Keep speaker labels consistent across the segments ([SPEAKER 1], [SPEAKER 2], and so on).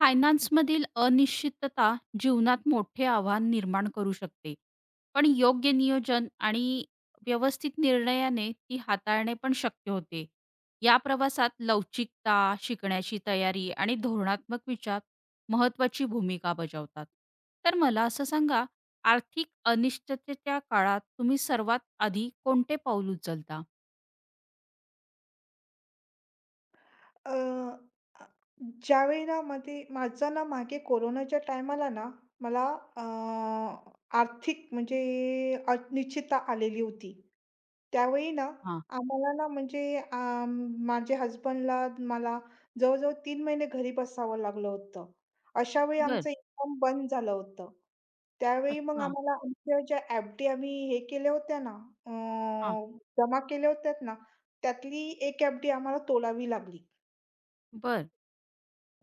[SPEAKER 1] फायनान्समधील अनिश्चितता जीवनात मोठे आव्हान निर्माण करू शकते. पण योग्य नियोजन आणि व्यवस्थित निर्णयाने ती हाताळणे पण शक्य होते. या प्रवासात लवचिकता, शिकण्याची तयारी आणि धोरणात्मक विचार महत्त्वाची भूमिका बजावतात. तर मला असं सांगा, आर्थिक अनिश्चिततेच्या काळात तुम्ही सर्वात आधी कोणते पाऊल उचलता?
[SPEAKER 2] अ, अ, ज्यावेळी ना मध्ये माझा ना मागे कोरोनाच्या टायमाला ना मला अ, आर्थिक म्हणजे अनिश्चितता आलेली होती. त्यावेळी ना
[SPEAKER 1] हां.
[SPEAKER 2] आम्हाला ना म्हणजे माझ्या हसबंडला मला जवळ-जवळ 3 महिने घरी बसावं लागलं होतं. अशा वेळी
[SPEAKER 1] बरं.
[SPEAKER 2] आमचं इन्कम बंद झालं होतं. त्यावेळी मग
[SPEAKER 1] अच्छा.
[SPEAKER 2] आम्हाला आमच्या ज्या एफ-डी आम्ही हे केल्या होत्या ना अ,
[SPEAKER 1] हां.
[SPEAKER 2] जमा केल्या होत्या ना, त्यातली एक एफ-डी आम्हाला तोलावी लागली.
[SPEAKER 1] बरं.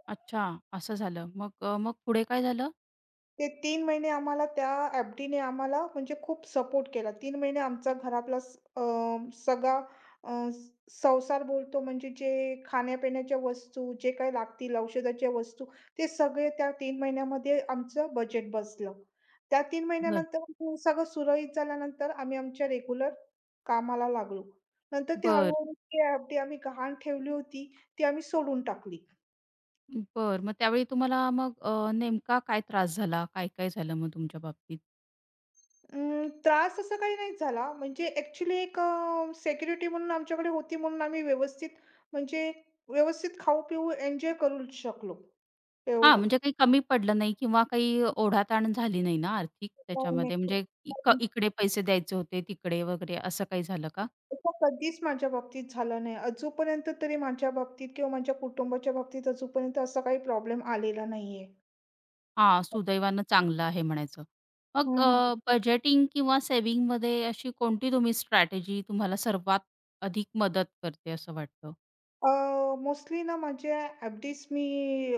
[SPEAKER 1] अच्छा. असं झालं. मग मग पुढे काय झालं?
[SPEAKER 2] ते 3 महिने आम्हाला त्या एफ-डीने आम्हाला म्हणजे खूप सपोर्ट केला. 3 महिने आमचा घरातला सगळा अ, संसार बोलतो म्हणजे जे खाण्यापिण्याच्या वस्तू, जे काही लागतील औषधाच्या वस्तू, ते सगळे त्या 3 महिन्यामध्ये आमचं बजेट बसलं. त्या 3
[SPEAKER 1] बरं.
[SPEAKER 2] महिन्यानंतर सगळं सुरळीत झाल्यानंतर आम्ही आमच्या रेग्युलर कामाला लागलो. नंतर ते हळू
[SPEAKER 1] बर,
[SPEAKER 2] ती एफ आम्ही गहाण ठेवली होती, ती आम्ही सोडून टाकली.
[SPEAKER 1] बरं. मग त्यावेळी तुम्हाला मग नेमका काय त्रास झाला? काय-काय झालं मग तुमच्या बाबतीत?
[SPEAKER 2] त्रास असा काही नाही झाला. म्हणजे ॲक्चुअली एक सिक्युरिटी म्हणून आमच्याकडे होती म्हणून आम्ही व्यवस्थित म्हणजे व्यवस्थित खाऊ-पिऊ एन्जॉय करू शकलो,
[SPEAKER 1] हां,
[SPEAKER 2] एवढं.
[SPEAKER 1] म्हणजे काही कमी पडलं नाही किंवा काही ओढाताण झाली नाही ना आर्थिक
[SPEAKER 2] नाही,
[SPEAKER 1] त्याच्यामध्ये? म्हणजे
[SPEAKER 2] नाही.
[SPEAKER 1] इकडे पैसे द्यायचे होते, तिकडे वगैरे असं काही झालं का?
[SPEAKER 2] असं कधीच माझ्या बाबतीत झालं नाही. अजूनपर्यंत तरी माझ्या बाबतीत किंवा माझ्या कुटुंबाच्या बाबतीत अजूनपर्यंत असा काही प्रॉब्लेम आलेला नाहीये.
[SPEAKER 1] हां, सुदैवानं चांगलं आहे म्हणायचं. मग
[SPEAKER 2] हं.
[SPEAKER 1] बजेटिंग किंवा सेव्हिंगमध्ये अशी कोणती तुम्ही स्ट्रॅटेजी तुम्हाला सर्वात अधिक मदत करते असं वाटतं?
[SPEAKER 2] अ, मोस्टली ना माझ्या एफडीज मी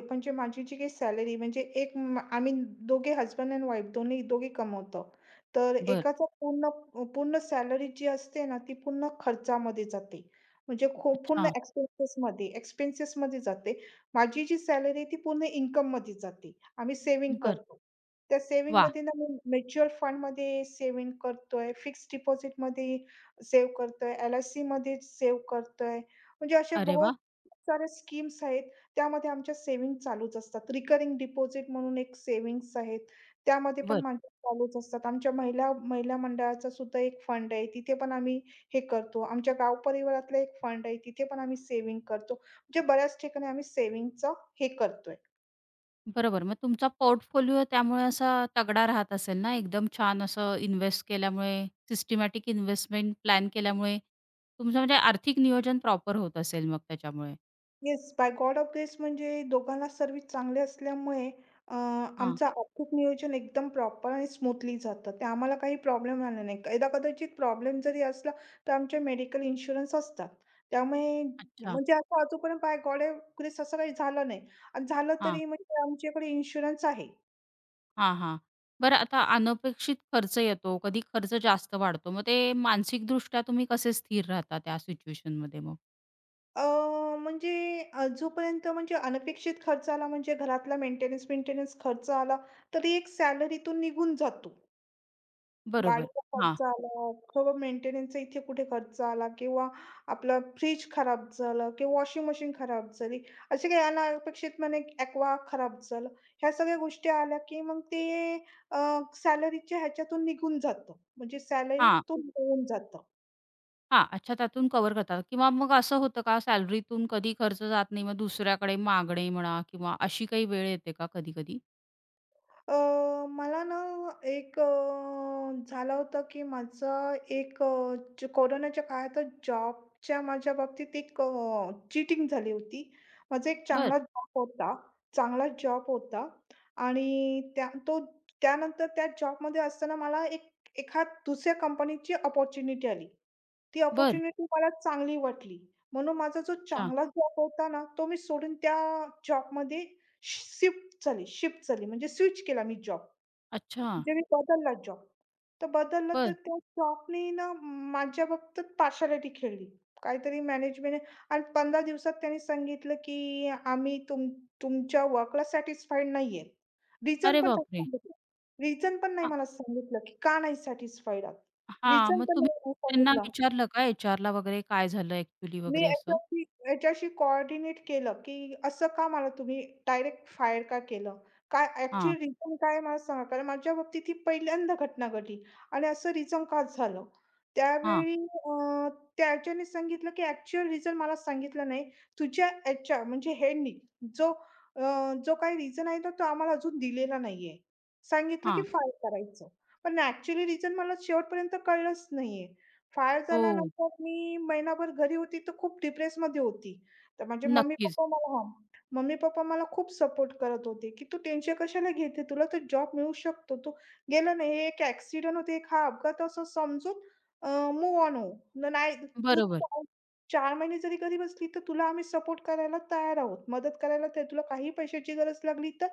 [SPEAKER 2] म्हणजे माझी जी काही सॅलरी म्हणजे आम्ही दोघे हस्बंड अँड वाईफ दोन्ही दोघे कमवतो, तर
[SPEAKER 1] बरं.
[SPEAKER 2] एकाचा पूर्ण पूर्ण सॅलरी जी असते ना ती पूर्ण खर्चामध्ये जाते. म्हणजे खूप पूर्ण
[SPEAKER 1] अच्छा.
[SPEAKER 2] expenses मध्ये एक्सपेन्सेसमध्ये जाते. माझी जी सॅलरी ती पूर्ण income मध्ये जाते. आम्ही सेव्हिंग
[SPEAKER 1] बरं.
[SPEAKER 2] करतो. त्या
[SPEAKER 1] वाह!
[SPEAKER 2] सेव्हिंगमध्ये ना मी म्युच्युअल फंडमध्ये सेव्हिंग करतोय, फिक्स्ड डिपॉझिटमध्ये सेव्ह करतोय, एल-आय-सीमध्ये सेव्ह करतोय. म्हणजे अशा
[SPEAKER 1] अरे
[SPEAKER 2] बहुत
[SPEAKER 1] वाह!
[SPEAKER 2] साऱ्या स्कीम्स आहेत. त्यामध्ये आमच्या सेव्हिंग चालूच असतात. रिकरिंग डिपॉझिट म्हणून एक सेव्हिंग्स आहेत. त्यामध्ये पण माझ्या चालूच असतात. आमच्या महिला महिला मंडळाचा सुद्धा एक फंड आहे. तिथे पण आम्ही हे करतो. आमच्या गाव परिवारातला एक फंड आहे. तिथे पण आम्ही सेव्हिंग करतो. म्हणजे बऱ्याच ठिकाणी आम्ही सेव्हिंगचं हे करतोय.
[SPEAKER 1] बरोबर. मग तुमचा पोर्टफोलिओ त्यामुळे असा तगडा राहत असेल ना, एकदम छान असं इन्व्हेस्ट केल्यामुळे, सिस्टमॅटिक इन्व्हेस्टमेंट प्लॅन केल्यामुळे तुमचं म्हणजे आर्थिक नियोजन प्रॉपर होत असेल मग त्याच्यामुळे.
[SPEAKER 2] Yes, by God of grace म्हणजे दोघांना सर्व्हिस चांगले असल्यामुळे अ,
[SPEAKER 1] हां,
[SPEAKER 2] आमचं आर्थिक नियोजन एकदम प्रॉपर आणि स्मूथली जातं. ते आम्हाला काही प्रॉब्लेम आला नाही. एकदा कदाचित प्रॉब्लेम जरी असला, तर आमचे मेडिकल इन्शुरन्स असतात. त्यामुळे
[SPEAKER 1] अच्छा.
[SPEAKER 2] म्हणजे असं अजूनपर्यंत बाय गॉड ऑफ ग्रेस असं काही झालं नाही आणि झालं
[SPEAKER 1] हां,
[SPEAKER 2] तरी म्हणजे आमच्याकडे इन्शुरन्स आहे.
[SPEAKER 1] हां, हां. बरं आता अनपेक्षित खर्च येतो, कधी खर्च जास्त वाढतो. मग ते मानसिकदृष्ट्या तुम्ही कसे स्थिर राहता त्या सिच्युएशनमध्ये मग?
[SPEAKER 2] अ, म्हणजे जोपर्यंत म्हणजे अनपेक्षित खर्च आला म्हणजे घरातला मेंटेनन्स मेंटेनन्स खर्च आला, तरी एक सॅलरीतून निघून जातो.
[SPEAKER 1] बरोबर.
[SPEAKER 2] गाडीचा
[SPEAKER 1] हां,
[SPEAKER 2] खर्च आला, थोडं मेंटेनन्सचा इथे कुठे खर्च आला किंवा आपलं फ्रिज खराब झालं किंवा वॉशिंग मशीन खराब झाली. असे काही अनपेक्षितपणे ॲक्वा खराब झालं. ह्या सगळ्या गोष्टी आल्या, की मग ते अ, सॅलरीच्या ह्याच्यातून निघून जातं. म्हणजे
[SPEAKER 1] हां.
[SPEAKER 2] सॅलरीतून होऊन जातं.
[SPEAKER 1] हां, अच्छा त्यातून कव्हर करतात किंवा मग असं होतं का सॅलरीतून कधी खर्च जात नाही, मग दुसऱ्याकडे मागणे म्हणा किंवा अशी काही वेळ येते का कधी-कधी?
[SPEAKER 2] अ, मला ना एक झालं होतं की माझं एक कोरोनाच्या काळातच जॉबच्या माझ्या बाबतीत एक चीटिंग झाली होती. माझा एक
[SPEAKER 1] बर
[SPEAKER 2] चांगला जॉब होता चांगला जॉब होता आणि त्यानंतर त्या जॉबमध्ये असताना मला एक एखाद दुसऱ्या कंपनीची अपॉर्च्युनिटी आली. ती
[SPEAKER 1] बर
[SPEAKER 2] अपॉर्च्युनिटी मला चांगली वाटली. म्हणून माझा जो
[SPEAKER 1] अच्छा,
[SPEAKER 2] चांगला जॉब होता ना, तो मी सोडून त्या जॉबमध्ये शि शिफ्ट झाली शिफ्ट झाली म्हणजे स्विच केला मी जॉब.
[SPEAKER 1] अच्छा.
[SPEAKER 2] म्हणजे मी बदलला जॉब. तर बदललं, तर
[SPEAKER 1] बरं.
[SPEAKER 2] त्या जॉबनी ना माझ्या बाबतीत पार्शालिटी खेळली. काहीतरी मॅनेजमेंटने आणि 15 दिवसात त्यांनी सांगितलं, की "आम्ही तुमच्या वर्कला सॅटिस्फाईड नाही. रिझन
[SPEAKER 1] अरे
[SPEAKER 2] पण नाही
[SPEAKER 1] बापरे!
[SPEAKER 2] सांगितलं. रिझन पण नाही
[SPEAKER 1] हां,
[SPEAKER 2] मला सांगितलं, की का नाही सॅटिस्फाईड आहात.
[SPEAKER 1] हां.
[SPEAKER 2] रिझन
[SPEAKER 1] मग
[SPEAKER 2] पण
[SPEAKER 1] तुम्ही
[SPEAKER 2] नाही मला
[SPEAKER 1] त्यांना
[SPEAKER 2] सांगितला.
[SPEAKER 1] विचारलं का एचआरला वगैरे काय झालं ॲक्चुअली
[SPEAKER 2] मी
[SPEAKER 1] वगैरे असं?
[SPEAKER 2] याच्याशी याच्याशी कोऑर्डिनेट केलं, की असं का मला तुम्ही डायरेक्ट फायर का केलं? काय
[SPEAKER 1] हां,
[SPEAKER 2] ॲक्चुअल रिझन काय आहे मला सांगा? कारण माझ्या बाबतीत ही पहिल्यांदा घटना घडली आणि असं रिझन का झालं?
[SPEAKER 1] हां,
[SPEAKER 2] त्यावेळी त्याच्याने सांगितलं, की ॲक्चुअल रिझन मला सांगितलं नाही. तुझ्या ह्याच्या म्हणजे ह्यांनी जो अ, जो काही रिझन आहे ना, तो आम्हाला अजून दिलेला नाहीये. सांगितलं, की
[SPEAKER 1] हां.
[SPEAKER 2] फायर करायचं. पण ॲक्चुअली रिझन मला शेवटपर्यंत कळलंच नाहीये. फायर
[SPEAKER 1] हो,
[SPEAKER 2] झाल्यानंतर मी महिनाभर घरी होती, तर खूप डिप्रेसमध्ये होती. तर माझे
[SPEAKER 1] नक्कीच.
[SPEAKER 2] मम्मी-पप्पा मला हां, मम्मी-पप्पा मला खूप सपोर्ट करत होते, की "तू टेन्शन कशाला घेते? तुला तर जॉब मिळू शकतो. तू गेलं ना, हे एक ॲक्सिडेंट होते, एक हा अपघात असं समजून अ, ऑन हो. नाही, तू
[SPEAKER 1] बरोबर.
[SPEAKER 2] 4 महिने जरी घरी बसली, तर तुला आम्ही सपोर्ट करायला तयार आहोत. मदत करायला तयार, तुला काही पैशाची गरज लागली, तर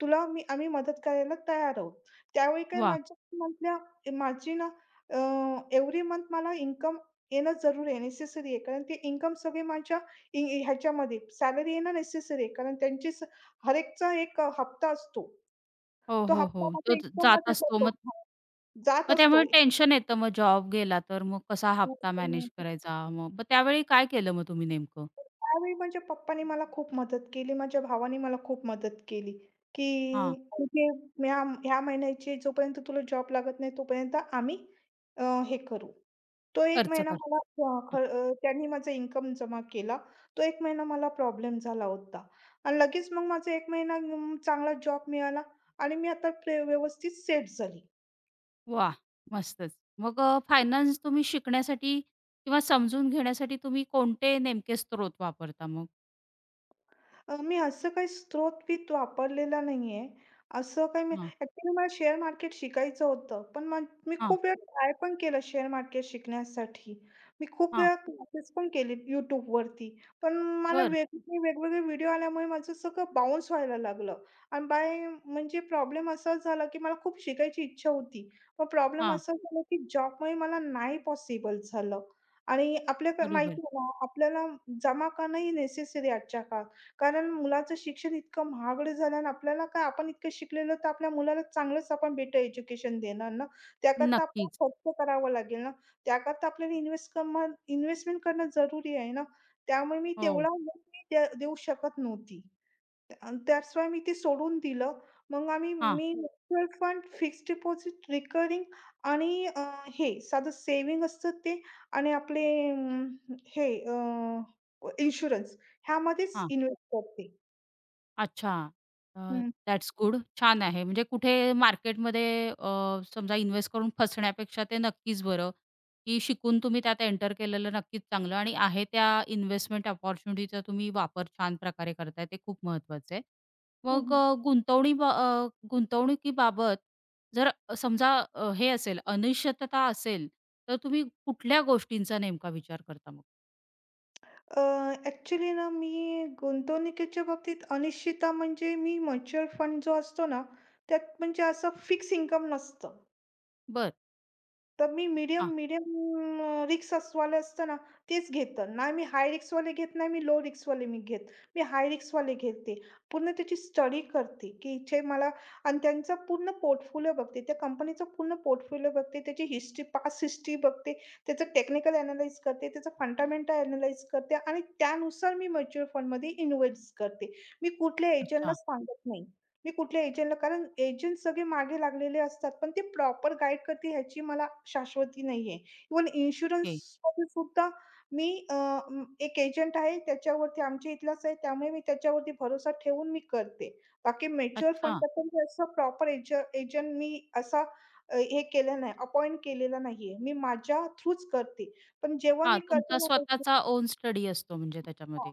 [SPEAKER 2] तुला मी आम्ही मदत करायला तयार आहोत." त्यावेळी काय
[SPEAKER 1] वाह!
[SPEAKER 2] माझ्या म्हटल्या माझी ना अ, एव्हरी मंथ मला इन्कम येणं जरुरी आहे, नेसेसरी आहे. कारण ते इन्कम सगळे माझ्या इ इ- ह्याच्यामध्ये सॅलरी येणं नेसेसरी आहे. कारण त्यांची स हर एकचा एक हप्ता असतो.
[SPEAKER 1] हो,
[SPEAKER 2] तो
[SPEAKER 1] हो,
[SPEAKER 2] हप्ता
[SPEAKER 1] हो. तो
[SPEAKER 2] माझ्या
[SPEAKER 1] जात
[SPEAKER 2] इन्कममध्ये
[SPEAKER 1] असतो
[SPEAKER 2] जातो.
[SPEAKER 1] मग
[SPEAKER 2] हां, जात
[SPEAKER 1] मग त्यामुळे
[SPEAKER 2] असतो.
[SPEAKER 1] टेन्शन येतं मग जॉब गेला तर मग कसा हप्ता मॅनेज करायचा? मग मग त्यावेळी काय केलं मग तुम्ही नेमकं?
[SPEAKER 2] त्यावेळी म्हणजे पप्पांनी मला खूप मदत केली. माझ्या भावाने मला खूप मदत केली, की तुझे ह्या ह्या महिन्याचे जोपर्यंत तुला जॉब लागत नाही, तोपर्यंत आम्ही हे करू. तो 1
[SPEAKER 1] खर्च
[SPEAKER 2] महिना
[SPEAKER 1] करतो.
[SPEAKER 2] मला त्यांनी माझा इन्कम जमा केला. तो 1 महिना मला प्रॉब्लेम झाला होता आणि लगेच मग माझा 1 महिना चांगला जॉब मिळाला आणि मी आता व्यवस्थित सेट झाली.
[SPEAKER 1] वाह! मस्तच. मग फायनान्स तुम्ही शिकण्यासाठी किंवा समजून घेण्यासाठी तुम्ही कोणते नेमके स्त्रोत वापरता मग?
[SPEAKER 2] मी असं काही स्त्रोतवित वापरलेला नाहीये. असं काही मी
[SPEAKER 1] हां,
[SPEAKER 2] ॲक्चुअली मला शेअर मार्केट शिकायचं होतं. पण मग मी
[SPEAKER 1] हां,
[SPEAKER 2] खूप वेळा ट्राय पण केलं शेअर मार्केट शिकण्यासाठी. मी खूप
[SPEAKER 1] हां.
[SPEAKER 2] वेळा क्लासेस पण केले YouTubeवरती. पण मला
[SPEAKER 1] बरं.
[SPEAKER 2] वेगवेगळे वेगवेगळे व्हिडिओ आल्यामुळे माझं सगळं बाउन्स व्हायला लागलं. आणि बाय म्हणजे प्रॉब्लेम असा झाला, की मला खूप शिकायची इच्छा होती. पण प्रॉब्लेम
[SPEAKER 1] हां,
[SPEAKER 2] असा झाला, की जॉबमुळे मला नाही पॉसिबल झालं. आणि आपल्याकडे माहिती
[SPEAKER 1] बरोबर.
[SPEAKER 2] आहे ना, आपल्याला जमा करणंही नेसेसरी आजच्या काळात. कारण मुलाचं शिक्षण इतकं महागडं झालं आणि आपल्याला काय आपण इतकं शिकलेलो तर आपल्या मुलाला चांगलंच आपण बेटर एज्युकेशन देणार ना. त्याकरता
[SPEAKER 1] नक्कीच.
[SPEAKER 2] आपल्याला खर्च करावा लागेल ना. त्याकरता आपल्याला इन्व्हेस्टमेंट करणं जरुरी आहे ना. त्यामुळे मी
[SPEAKER 1] हो.
[SPEAKER 2] तेवढा वेळ मी देऊ शकत नव्हती. अन् दॅट्स वाय मी ते सोडून दिलं. मग आम्ही
[SPEAKER 1] हां,
[SPEAKER 2] मी हं. Mutual fund, fixed deposit, recurring आणि हे साधं सेव्हिंग असतं, ते आणि आपले अं, हे इन्शुरन्स ह्यामध्येच
[SPEAKER 1] हां.
[SPEAKER 2] इन्व्हेस्ट करते.
[SPEAKER 1] अच्छा. अ,
[SPEAKER 2] हं.
[SPEAKER 1] That's good. छान आहे. म्हणजे कुठे मार्केटमध्ये समजा इन्व्हेस्ट करून फसण्यापेक्षा ते नक्कीच बरं, की शिकून तुम्ही त्यात एंटर केलेलं नक्कीच चांगलं आणि आहे त्या इन्व्हेस्टमेंट अपॉर्च्युनिटीचा तुम्ही वापर छान प्रकारे करताय. ते खूप महत्वाचं आहे.
[SPEAKER 2] हं,
[SPEAKER 1] मग
[SPEAKER 2] हं.
[SPEAKER 1] अ, गुंतवणी बा अ, गुंतवणुकीबाबत जर समजा हे असेल, अनिश्चितता असेल, तर तुम्ही कुठल्या गोष्टींचा नेमका विचार करता मग?
[SPEAKER 2] ना मी गुंतवणुकीच्या बाबतीत अनिश्चितता म्हणजे मी म्युच्युअल फंड जो असतो ना, त्यात म्हणजे असं फिक्स इन्कम नसतं.
[SPEAKER 1] बरं.
[SPEAKER 2] तर मी मीडियम
[SPEAKER 1] हां.
[SPEAKER 2] मीडियम रिस्क असवालं असतं ना, तेच घेतं. नाही मी हाय रिस्कवाले घेत नाही, मी लो रिस्कवाले मी घेत. मी हाय रिस्कवाले घेते. पूर्ण त्याची स्टडी करते, की जे मला आणि त्यांचा पूर्ण पोर्टफोलिओ बघते. त्या कंपनीचा पूर्ण पोर्टफोलिओ बघते, त्याची पास्ट हिस्ट्री बघते, त्याचं टेक्निकल अॅनलाईज करते, त्याचं फंडामेंटल अॅनलाईज करते आणि त्यानुसार मी म्युच्युअल फंडमध्ये इन्व्हेस्ट करते. मी कुठल्या एजंटला
[SPEAKER 1] अच्छा.
[SPEAKER 2] सांगत नाही. मी कुठल्या एजंटला कारण एजंट सगळे मागे लागलेले असतात, पण ते प्रॉपर गाईड करतील ह्याची मला शाश्वती नाहीये. Even
[SPEAKER 1] okay.
[SPEAKER 2] इन्शुरन्समध्ये सुद्धा मी एक एजंट आहे त्याच्यावरती आमच्या इथलाच आहे, त्यामुळे मी त्याच्यावरती भरोसा ठेवून करते. बाकी म्युच्युअल
[SPEAKER 1] अच्छा.
[SPEAKER 2] फंडबद्दल मी असं प्रॉपर एजंट मी असा अ, हे केलं नाही, अपॉइंट केलेला नाहीये. मी माझ्या थ्रूच करते. पण जेव्हा
[SPEAKER 1] हां,
[SPEAKER 2] मी करते
[SPEAKER 1] तुमचा
[SPEAKER 2] ना गोष्टी,
[SPEAKER 1] स्वतःचा ओन स्टडी असतो म्हणजे त्याच्यामध्ये.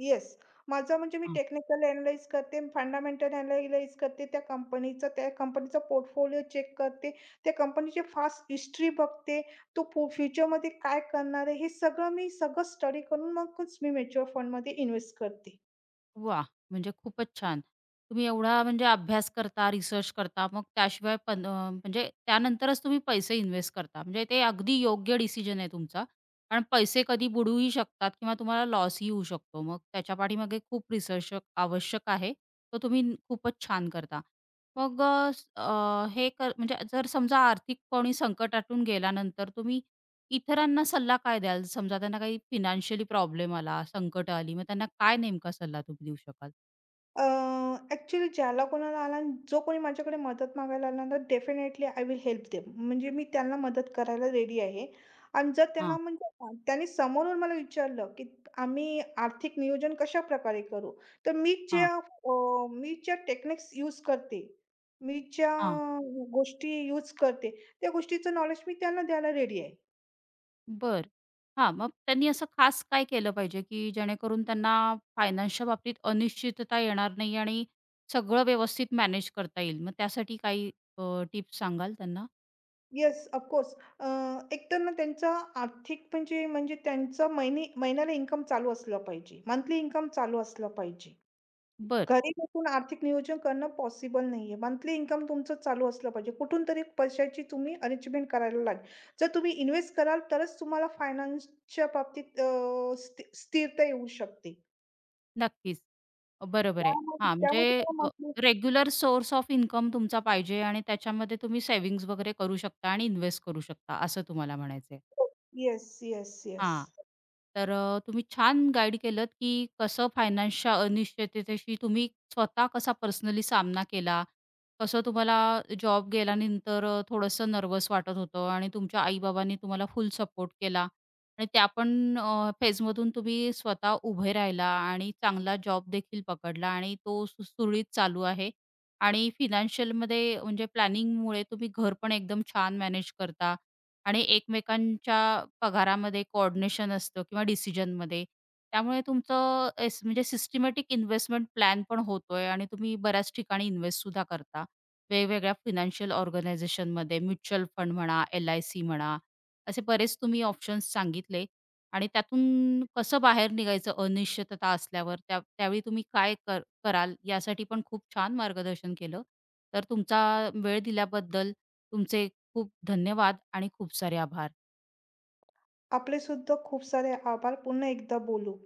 [SPEAKER 2] येस. माझं म्हणजे मी
[SPEAKER 1] हां.
[SPEAKER 2] टेक्निकल अॅनलाईज करते, फंडामेंटल अॅनलाईज करते, त्या कंपनीचा पोर्टफोलिओ चेक करते, त्या कंपनीची फास्ट हिस्ट्री बघते, तो फ्युचरमध्ये काय करणार आहे, हे सगळं स्टडी करून मगच मी म्युच्युअल फंडमध्ये इन्व्हेस्ट करते.
[SPEAKER 1] वा, म्हणजे खूपच छान. तुम्ही एवढा म्हणजे अभ्यास करता, रिसर्च करता, मग त्याशिवाय पण म्हणजे त्यानंतरच तुम्ही पैसे इन्व्हेस्ट करता. म्हणजे ते अगदी योग्य डिसिजन आहे तुमचा. कारण पैसे कधी बुडूही शकतात किंवा तुम्हाला लॉसही होऊ शकतो. मग त्याच्या पाठीमागे खूप रिसर्च आवश्यक आहे. तो तुम्ही खूपच छान करता. मग अ, स अ, हे कर म्हणजे जर समजा आर्थिक कोणी संकटातून गेल्यानंतर तुम्ही इतरांना सल्ला काय द्याल? समजा त्यांना काही फिनान्शियली प्रॉब्लेम आला, संकट आली, मग त्यांना काय नेमका सल्ला तुम्ही देऊ शकाल?
[SPEAKER 2] अ, ॲक्चुअली ज्याला कोणाला जो कोणी माझ्याकडे मदत मागायला आला ना, तर definitely I will help them. म्हणजे मी त्यांना मदत करायला रेडी आहे. आणि जर त्यांना
[SPEAKER 1] हां,
[SPEAKER 2] म्हणजे हां, त्यांनी समोरून मला विचारलं, की आम्ही आर्थिक नियोजन कशाप्रकारे करू? तर
[SPEAKER 1] हां,
[SPEAKER 2] मी ज्या टेक्निक्स यूज करते, मी ज्या
[SPEAKER 1] हां.
[SPEAKER 2] गोष्टी यूज करते, त्या गोष्टीचं नॉलेज मी त्यांना द्यायला रेडी आहे.
[SPEAKER 1] बर, हां, मग त्यांनी असं खास काय केलं पाहिजे, की जेणेकरून त्यांना फायनान्सच्या बाबतीत अनिश्चितता येणार नाही आणि सगळं व्यवस्थित मॅनेज करता येईल? मग त्यासाठी काही टिप्स सांगाल त्यांना?
[SPEAKER 2] Yes, of course. अ, एकतर ना त्यांचा आर्थिक म्हणजे म्हणजे त्यांचं महिने महिन्याला इन्कम चालू असलं पाहिजे. मंथली इन्कम चालू असलं पाहिजे.
[SPEAKER 1] बरं,
[SPEAKER 2] घरी बसून आर्थिक नियोजन करणं पॉसिबल नाहीये. मंथली इन्कम तुमचं चालू असलं पाहिजे. कुठून तरी पैशाची तुम्ही अरेंजमेंट करायला लागेल. जर तुम्ही इन्व्हेस्ट कराल तरच तुम्हाला फायनान्सच्या बाबतीत अ, स्थि स्थिरता येऊ शकते.
[SPEAKER 1] नक्कीच. बरोबर आहे.
[SPEAKER 2] त्यामुळे
[SPEAKER 1] हां, म्हणजे
[SPEAKER 2] त्यामुळे
[SPEAKER 1] रेग्युलर सोर्स ऑफ इन्कम तुमचा पाहिजे आणि त्याच्यामध्ये तुम्ही सेव्हिंग्ज वगैरे करू शकता आणि इन्व्हेस्ट करू शकता, असं तुम्हाला म्हणायचंय.
[SPEAKER 2] Yes, yes, yes.
[SPEAKER 1] हां. तर तुम्ही छान गाईड केलंत, की कसं फायनान्सच्या अनिश्चिततेशी तुम्ही स्वतः कसा पर्सनली सामना केला. कसं तुम्हाला जॉब गेल्यानंतर थोडंसं नर्वस वाटत होतं आणि तुमच्या आई-बाबांनी तुम्हाला फुल सपोर्ट केला आणि त्या पण फेजमधून तुम्ही स्वतः उभे राहिला आणि चांगला जॉब देखील पकडला आणि तो सुरळीत चालू आहे आणि फिनान्शियलमध्ये म्हणजे प्लॅनिंगमुळे तुम्ही घर पण एकदम छान मॅनेज करता आणि एकमेकांच्या पगारामध्ये कोऑर्डिनेशन असतं किंवा डिसिजनमध्ये. त्यामुळे तुमचं म्हणजे सिस्टमॅटिक इन्व्हेस्टमेंट प्लॅन पण होतोय आणि तुम्ही बऱ्याच ठिकाणी इन्व्हेस्टसुद्धा करता. वेगवेगळ्या फायनान्शियल ऑर्गनायझेशनमध्ये म्युच्युअल फंड म्हणा, एल-आय-सी म्हणा, असे बरेच तुम्ही ऑप्शन्स सांगितले आणि त्यातून कसं बाहेर निघायचं अनिश्चितता असल्यावर त्या त्यावेळी तुम्ही काय कराल यासाठी पण खूप छान मार्गदर्शन केलं. तर तुमचा वेळ दिल्याबद्दल, तुमचे खूप धन्यवाद आणि खूप सारे आभार.
[SPEAKER 2] आपले सुद्धा खूप सारे आभार. पुन्हा एकदा बोलू.